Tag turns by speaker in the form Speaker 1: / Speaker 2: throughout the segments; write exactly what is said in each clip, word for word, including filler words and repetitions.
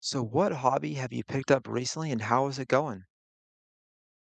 Speaker 1: So what hobby have you picked up recently and how is it going?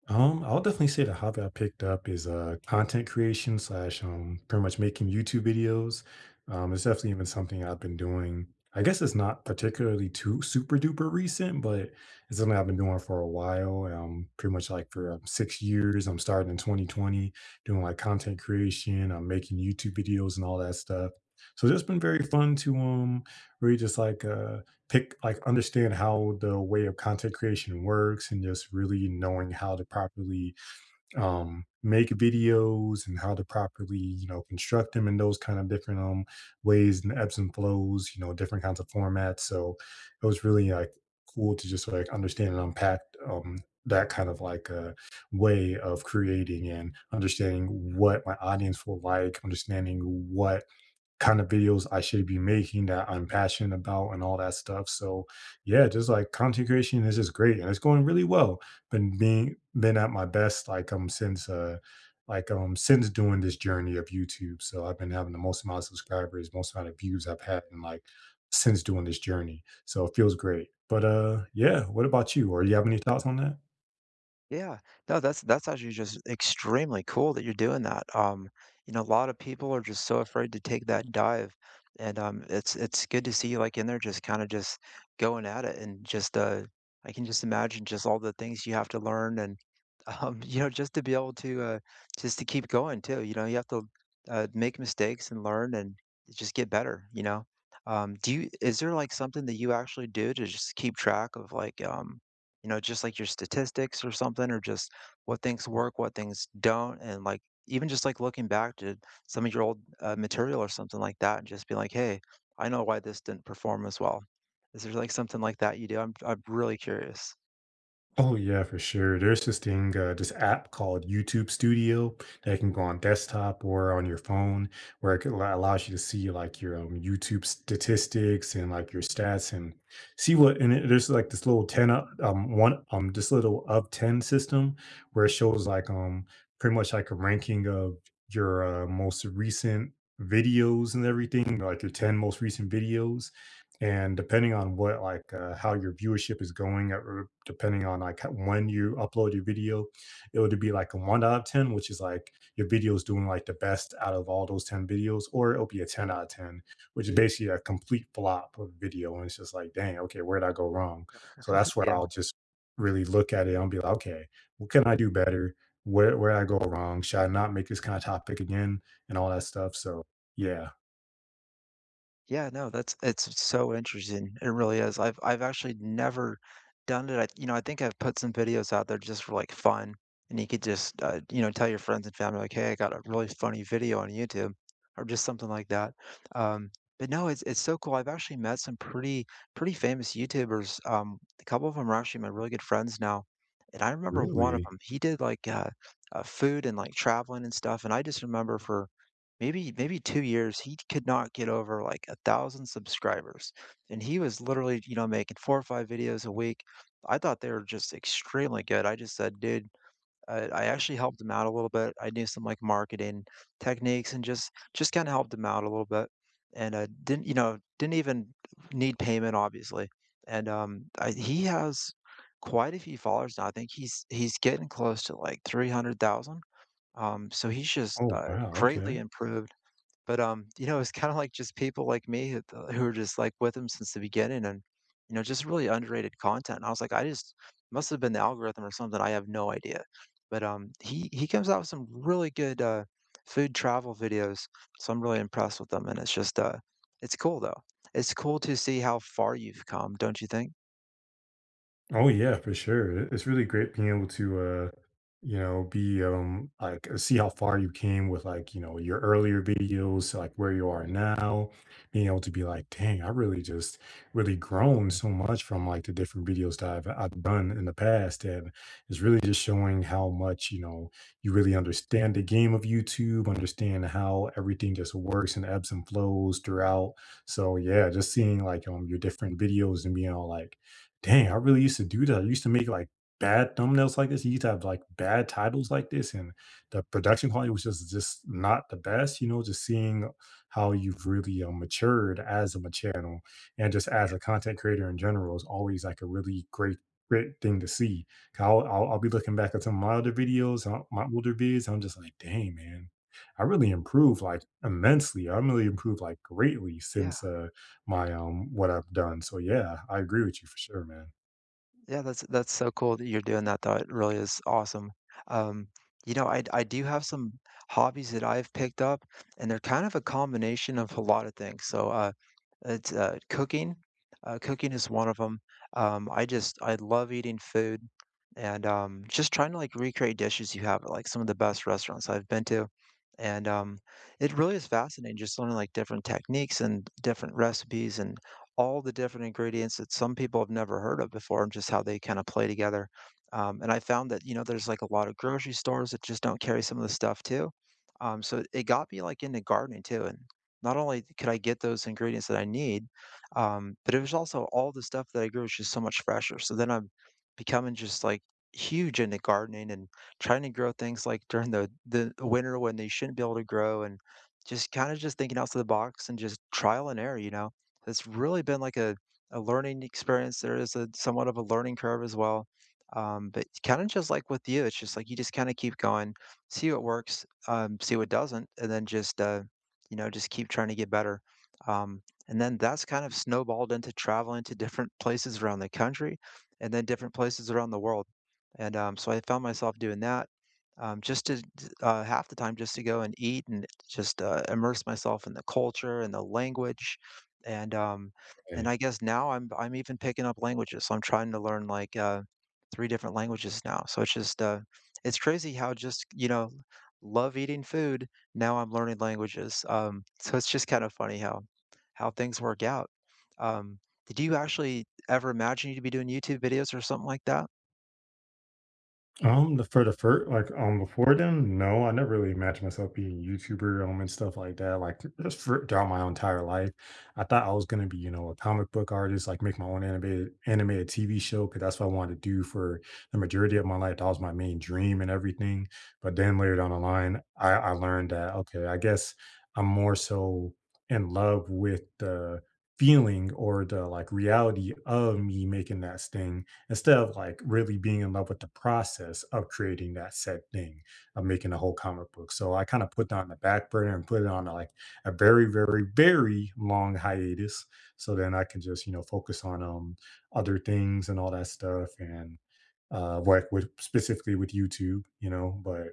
Speaker 2: Um, I'll definitely say the hobby I picked up is uh content creation slash um pretty much making YouTube videos. Um, it's definitely been something I've been doing. I guess it's not particularly too super duper recent, but it's something I've been doing for a while. Um, pretty much like for um, six years. I'm starting in twenty twenty doing like content creation. I'm making YouTube videos and all that stuff. So it's just been very fun to um really just like uh pick like understand how the way of content creation works and just really knowing how to properly um make videos and how to properly you know construct them in those kind of different um ways and ebbs and flows, you know, different kinds of formats. So it was really like cool to just like understand and unpack um that kind of like a way of creating and understanding what my audience will like, understanding what kind of videos I should be making that I'm passionate about and all that stuff. So yeah, just like content creation is just great and it's going really well. Been being been at my best like um since uh like um since doing this journey of YouTube. So I've been having the most amount of subscribers, most amount of views I've had in like since doing this journey. So it feels great. But uh yeah, what about you? Or you have any thoughts on that?
Speaker 1: Yeah. No, that's that's actually just extremely cool that you're doing that. Um, you know, a lot of people are just so afraid to take that dive. And um it's it's good to see you like in there, just kind of just going at it and just uh I can just imagine just all the things you have to learn. And Um, you know, just to be able to, uh, just to keep going too, you know, you have to, uh, make mistakes and learn and just get better, you know? Um, do you is there, like, something that you actually do to just keep track of, like, um, you know, just, like, your statistics or something, or just what things work, what things don't, and, like, even just, like, looking back to some of your old, uh, material or something like that and just be like, "Hey, I know why this didn't perform as well." Is there, like, something like that you do? I'm I'm really curious.
Speaker 2: Oh yeah, for sure. There's this thing, uh, this app called YouTube Studio that can go on desktop or on your phone, where it could, allo- allows you to see like your um, YouTube statistics and like your stats and see what. And it, there's like this little ten, o- um, one, um, this little of ten system where it shows like um pretty much like a ranking of your uh, most recent videos and everything, like your ten most recent videos. And depending on what, like, uh, how your viewership is going, at, or depending on like how- when you upload your video, it would be like a one out of ten, which is like your video is doing like the best out of all those ten videos, or it'll be a ten out of ten, which is basically a complete flop of video. And it's just like, dang, okay, where did I go wrong? So that's where
Speaker 1: Yeah.
Speaker 2: I'll just really look at it and be like, okay, what can I do better? Where, where did I go wrong? Should I not make this kind of topic again? And all that stuff. So, yeah,
Speaker 1: Yeah, no, that's it's so interesting. It really is. I've I've actually never done it. I, you know, I think I've put some videos out there just for like fun, and you could just uh, you know, tell your friends and family like, "Hey, I got a really funny video on YouTube," or just something like that. Um, but no, it's it's so cool. I've actually met some pretty pretty famous YouTubers. Um, a couple of them are actually my really good friends now, and I remember one of
Speaker 2: really.
Speaker 1: them. He did like uh, uh, food and like traveling and stuff, and I just remember for Maybe maybe two years, he could not get over, like, a thousand subscribers, and he was literally, you know, making four or five videos a week. I thought they were just extremely good. I just said, "Dude." I I actually helped him out a little bit. I knew some, like, marketing techniques and just just kinda helped him out a little bit, and, uh, didn't, you know, didn't even need payment, obviously, and, um, I he has quite a few followers now. I think he's he's getting close to, like, three hundred thousand, um, so he's just,
Speaker 2: Oh,
Speaker 1: uh,
Speaker 2: wow.
Speaker 1: greatly
Speaker 2: Okay.
Speaker 1: improved. But, um, you know, it's kinda like just people like me who uh, who are just, like, with him since the beginning and, you know, just really underrated content. And I was like, "I just must've been the algorithm or something, I have no idea." But, um, he he comes out with some really good, uh, food travel videos, so I'm really impressed with them. And it's just, uh it's cool, though. It's cool to see how far you've come, don't you think?
Speaker 2: Oh yeah, for sure. It- It's really great being able to uh you know be um like uh, see how far you came with, like, you know, your earlier videos to, like, where you are now, being able to be like, dang, I really just really grown so much from like the different videos that I've I've done in the past. And it's really just showing how much, you know, you really understand the game of YouTube, understand how everything just works and ebbs and flows throughout. So yeah, just seeing like um your different videos and being all like, dang, I really used to do that. I used to make like bad thumbnails like this. You used to have like bad titles like this, and the production quality was just just not the best. You know, just seeing how you've really uh, matured as a channel and just as
Speaker 1: Yeah.
Speaker 2: a content creator in general is always like a really great great thing to see. 'Cause I'll, I'll I'll be looking back at some of my older videos, uh, my older vids. I'm just like, dang, man, I really improved like immensely. I really improved like greatly
Speaker 1: Yeah.
Speaker 2: since uh my, um what I've done, so yeah, I agree with you for sure, man.
Speaker 1: Yeah, that's that's so cool that you're doing that though, it really is awesome. Um, you know, I I do have some hobbies that I've picked up, and they're kind of a combination of a lot of things. So, uh, it's uh, cooking. Uh, cooking is one of them. Um, I just I love eating food, and um, just trying to like recreate dishes you have at like some of the best restaurants I've been to, and um, it really is fascinating just learning like different techniques and different recipes and all the different ingredients that some people have never heard of before and just how they kind of play together. Um, and I found that, you know, there's like a lot of grocery stores that just don't carry some of the stuff too. Um, so it it got me like into gardening too. And not only could I get those ingredients that I need, um, but it was also all the stuff that I grew was just so much fresher. So then I'm becoming just like huge into gardening and trying to grow things like during the the winter when they shouldn't be able to grow and just kind of just thinking outside the box and just trial and error, you know. It's really been like a a learning experience. There is a somewhat of a learning curve as well. Um, but kind of just like with you, it's just like you just kind of keep going, see what works, um, see what doesn't, and then just uh, you know, just keep trying to get better. Um, and then that's kind of snowballed into traveling to different places around the country and then different places around the world. And um, so I found myself doing that um, just to d- uh, half the time just to go and eat and just uh, immerse myself in the culture and the language and, um, and
Speaker 2: Hey,
Speaker 1: I guess now I'm I'm even picking up languages. So I'm trying to learn like uh, three different languages now. So it's just uh, it's crazy how just, you know, love eating food, now I'm learning languages. Um, so it's just kind of funny how how things work out. Um, did you actually ever imagine you'd be doing YouTube videos or something like that?
Speaker 2: Um, the for the first, like, um, before then, no, I never really imagined myself being a YouTuber, um, and stuff like that. Like, just for, throughout my entire life, I thought I was gonna be, you know, a comic book artist, like make my own animated animated T V show, because that's what I wanted to do for the majority of my life. That was my main dream and everything. But then later down the line, I I learned that okay, I guess I'm more so in love with the feeling or the like reality of me making that sting instead of like really being in love with the process of creating that said thing of making a whole comic book. So I kind of put that on the back burner and put it on like a very, very, very long hiatus. So then I can just, you know, focus on um other things and all that stuff and uh work with specifically with YouTube, you know, but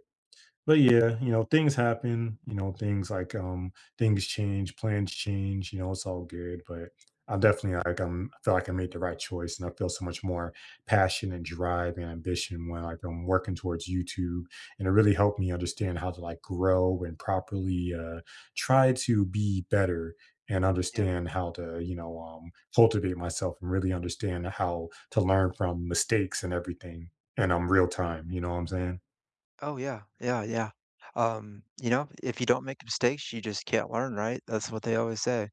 Speaker 2: but yeah, you know, things happen, you know, things like, um, things change, plans change, you know, it's all good, but I definitely like um I feel like I made the right choice and I feel so much more passion and drive and ambition when like I'm working towards YouTube, and it really helped me understand how to like grow and properly uh try to be better and understand how to, you know, um cultivate myself and really understand how to learn from mistakes and everything and um real time, you know what I'm saying?
Speaker 1: Oh, yeah. Yeah, yeah. Um, you know, if you don't make mistakes, you just can't learn, right? That's what they always say.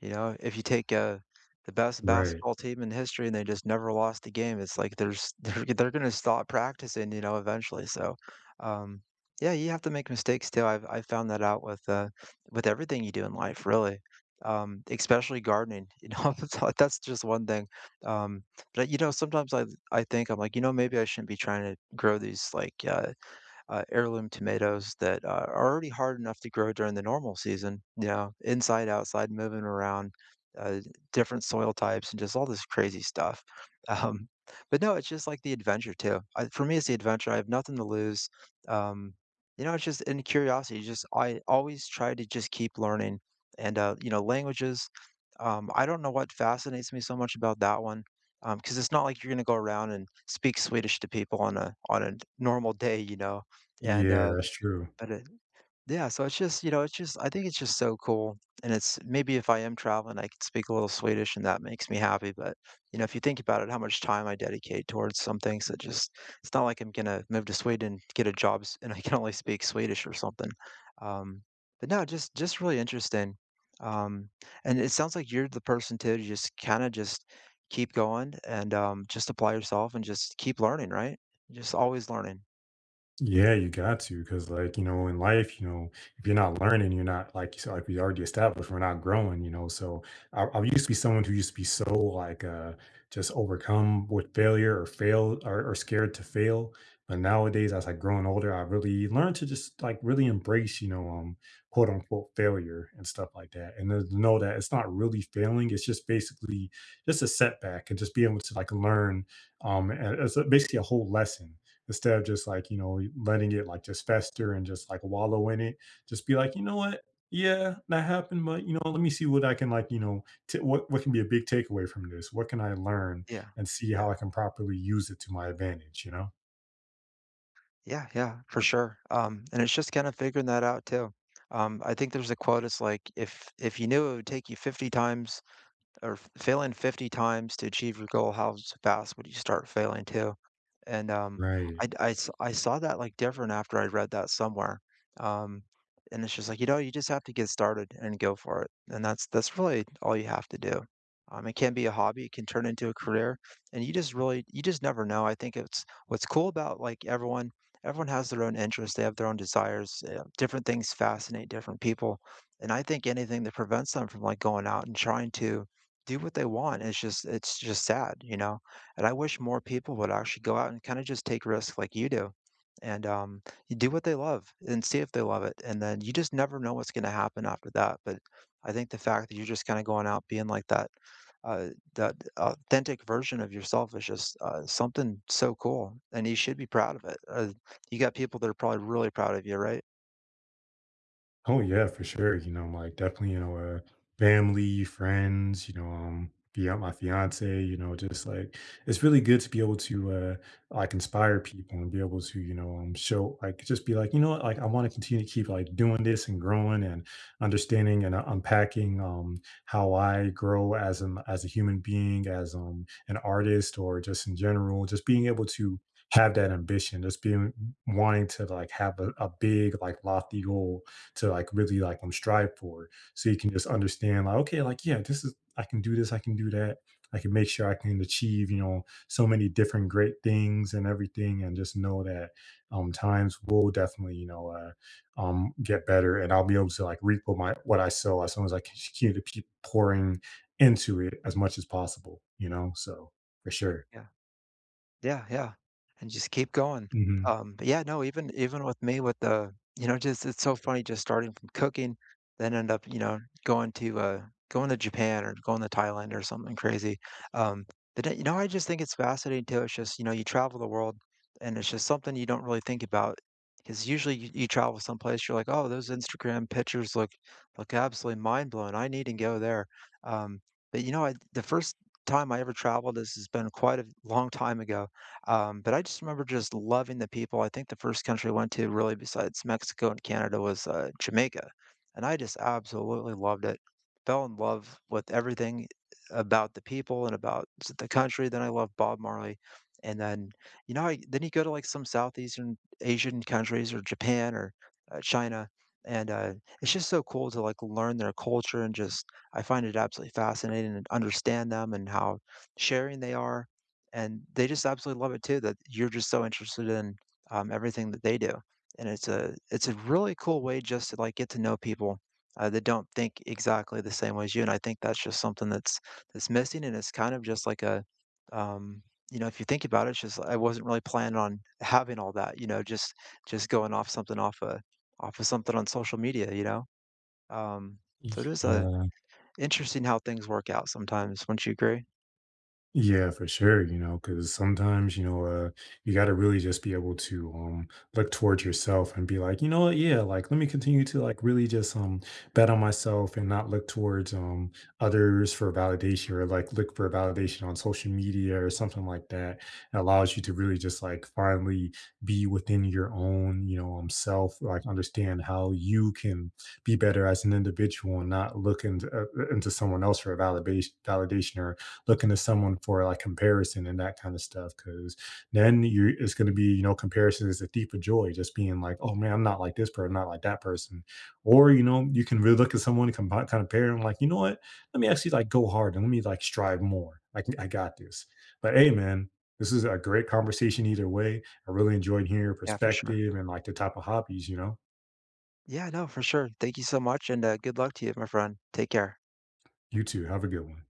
Speaker 1: You know, if you take, uh, the best
Speaker 2: Right.
Speaker 1: basketball team in history and they just never lost a game, it's like there's they're they're gonna stop practicing, you know, eventually. So, um, yeah, you have to make mistakes too. I've I found that out with, uh, with everything you do in life, really. Um, especially gardening, you know, that's that's just one thing. Um, but, you know, sometimes I I think I'm like, "You know, maybe I shouldn't be trying to grow these, like, uh" uh, heirloom tomatoes that uh, are already hard enough to grow during the normal season, you know, inside, outside, moving around, uh, different soil types, and just all this crazy stuff." Um, but no, it's just like the adventure too. I, for me, it's the adventure. I have nothing to lose. Um, you know, it's just in curiosity. Just I always try to just keep learning, and uh, you know, languages. Um, I don't know what fascinates me so much about that one because it's not like you're going to go around and speak Swedish to people on a on a normal day, you know. And,
Speaker 2: Yeah,
Speaker 1: uh,
Speaker 2: that's true.
Speaker 1: but it yeah, so it's just, you know, it's just I think it's just so cool, and it's maybe if I am traveling, I could speak a little Swedish, and that makes me happy, but, you know, if you think about it, how much time I dedicate towards some things that just it's not like I'm gonna move to Sweden, get a job, s and I can only speak Swedish or something. Um, but no, just just really interesting. Um, and it sounds like you're the person too to just kinda just keep going and, um, just apply yourself and just keep learning, right? Just always learning.
Speaker 2: Yeah, you got to, because like, you know, in life, you know, if you're not learning, you're not like you said, like we already established, we're not growing, you know. So I, I used to be someone who used to be so like uh just overcome with failure or fail or, or scared to fail. But nowadays, as I growing older, I really learned to just like really embrace, you know, um quote unquote failure and stuff like that. And then to know that it's not really failing, it's just basically just a setback and just being able to like learn um a- as a, basically a whole lesson instead of just like, you know, letting it like just fester and just like wallow in it. Just be like, you know what, yeah, that happened, but you know, let me see what I can like, you know, t- what, what can be a big takeaway from this, what can I learn
Speaker 1: Yeah.
Speaker 2: and see
Speaker 1: Yeah.
Speaker 2: how I can properly use it to my advantage, you know.
Speaker 1: Yeah, yeah, for sure. Um, and it's just kind of figuring that out too. Um, I think there's a quote, it's like, if if you knew it would take you fifty times or f- failing fifty times to achieve your goal, how s- fast would you start failing too? And um,
Speaker 2: Right.
Speaker 1: I, d- I s- I saw that like different after I read that somewhere. Um, and it's just like, you know, you just have to get started and go for it. And that's that's really all you have to do. Um, it can be a hobby, it can turn into a career, and you just really you just never know. I think it's what's cool about like everyone everyone has their own interests, they have their own desires. Uh, different things fascinate different people, and I think anything that prevents them from like going out and trying to do what they want. It's just it's just sad, you know? And I wish more people would actually go out and kinda just take risks like you do, and, um, you do what they love and see if they love it, and then you just never know what's gonna happen after that, but I think the fact that you're just kinda going out being like that, uh, that authentic version of yourself is just, uh, something so cool, and you should be proud of it. Uh, you got people that are probably really proud of you, right?
Speaker 2: Oh yeah, for sure. You know, like definitely, you know, uh, family, friends, you know, um, yeah, my fiance, you know, just like it's really good to be able to uh like inspire people and be able to, you know, um show like just be like, you know what, like I want to continue to keep like doing this and growing and understanding and uh, unpacking um how I grow as an as a human being, as um an artist or just in general, just being able to have that ambition, just being wanting to like have a, a big, like lofty goal to like really like um strive for, so you can just understand like, okay, like yeah, this is, I can do this, I can do that, I can make sure I can achieve, you know, so many different great things and everything, and just know that um times will definitely, you know, uh, um get better and I'll be able to like reap what my what I sow, as long as I continue to keep pouring into it as much as possible, you know. So for sure.
Speaker 1: Yeah. Yeah, yeah, and just keep going.
Speaker 2: hmm
Speaker 1: Um, but yeah, no, even even with me with the you know, just it's so funny just starting from cooking, then end up, you know, going to, uh going to Japan or going to Thailand or something crazy. Um, but then, you know, I just think it's fascinating too, it's just, you know, you travel the world and it's just something you don't really think about. Because usually you you travel someplace, you're like, "Oh, those Instagram pictures look look absolutely mind-blowing, I need to go there." Um, but, you know, I the first time I ever traveled, this has been quite a long time ago, um, but I just remember just loving the people. I think the first country I went to really besides Mexico and Canada was uh, Jamaica, and I just absolutely loved it. Fell in love with everything about the people and about s- the country. Then I loved Bob Marley, and then you know, I, then you go to like some Southeastern Asian countries or Japan or uh, China, and uh, it's just so cool to like learn their culture and just I find it absolutely fascinating and understand them and how sharing they are and they just absolutely love it too that you're just so interested in um, everything that they do, and it's a it's a really cool way just to like get to know people, uh, that don't think exactly the same way as you. And I think that's just something that's that's missing, and it's kind of just like a um, you know, if you think about it, it's just I wasn't really planning on having all that, you know, just just going off something off a off of something on social media, you know. um, so it is a
Speaker 2: yeah.
Speaker 1: interesting how things work out sometimes, wouldn't you agree?
Speaker 2: Yeah, for sure. You know, because sometimes, you know, uh, you got to really just be able to um look towards yourself and be like, you know what, yeah, like let me continue to like really just um bet on myself and not look towards um others for validation, or like look for validation on social media or something like that. It allows you to really just like finally be within your own, you know, um self, like understand how you can be better as an individual and not look into, uh, into someone else for a validation validation, or looking to someone for like comparison and that kind of stuff. Because then you, it's going to be, you know, comparison is a thief of joy, just being like, oh man, I'm not like this person, not like that person. Or you know, you can really look at someone and combi- kind of pair and like, you know what, let me actually like go hard and let me like strive more. Like I got this. But hey man, this is a great conversation either way. I really enjoyed hearing your
Speaker 1: Yeah, for sure.
Speaker 2: perspective and like the type of hobbies, you know.
Speaker 1: Yeah, no, for sure. Thank you so much, and uh, good luck to you, my friend. Take care.
Speaker 2: You too, have a good one.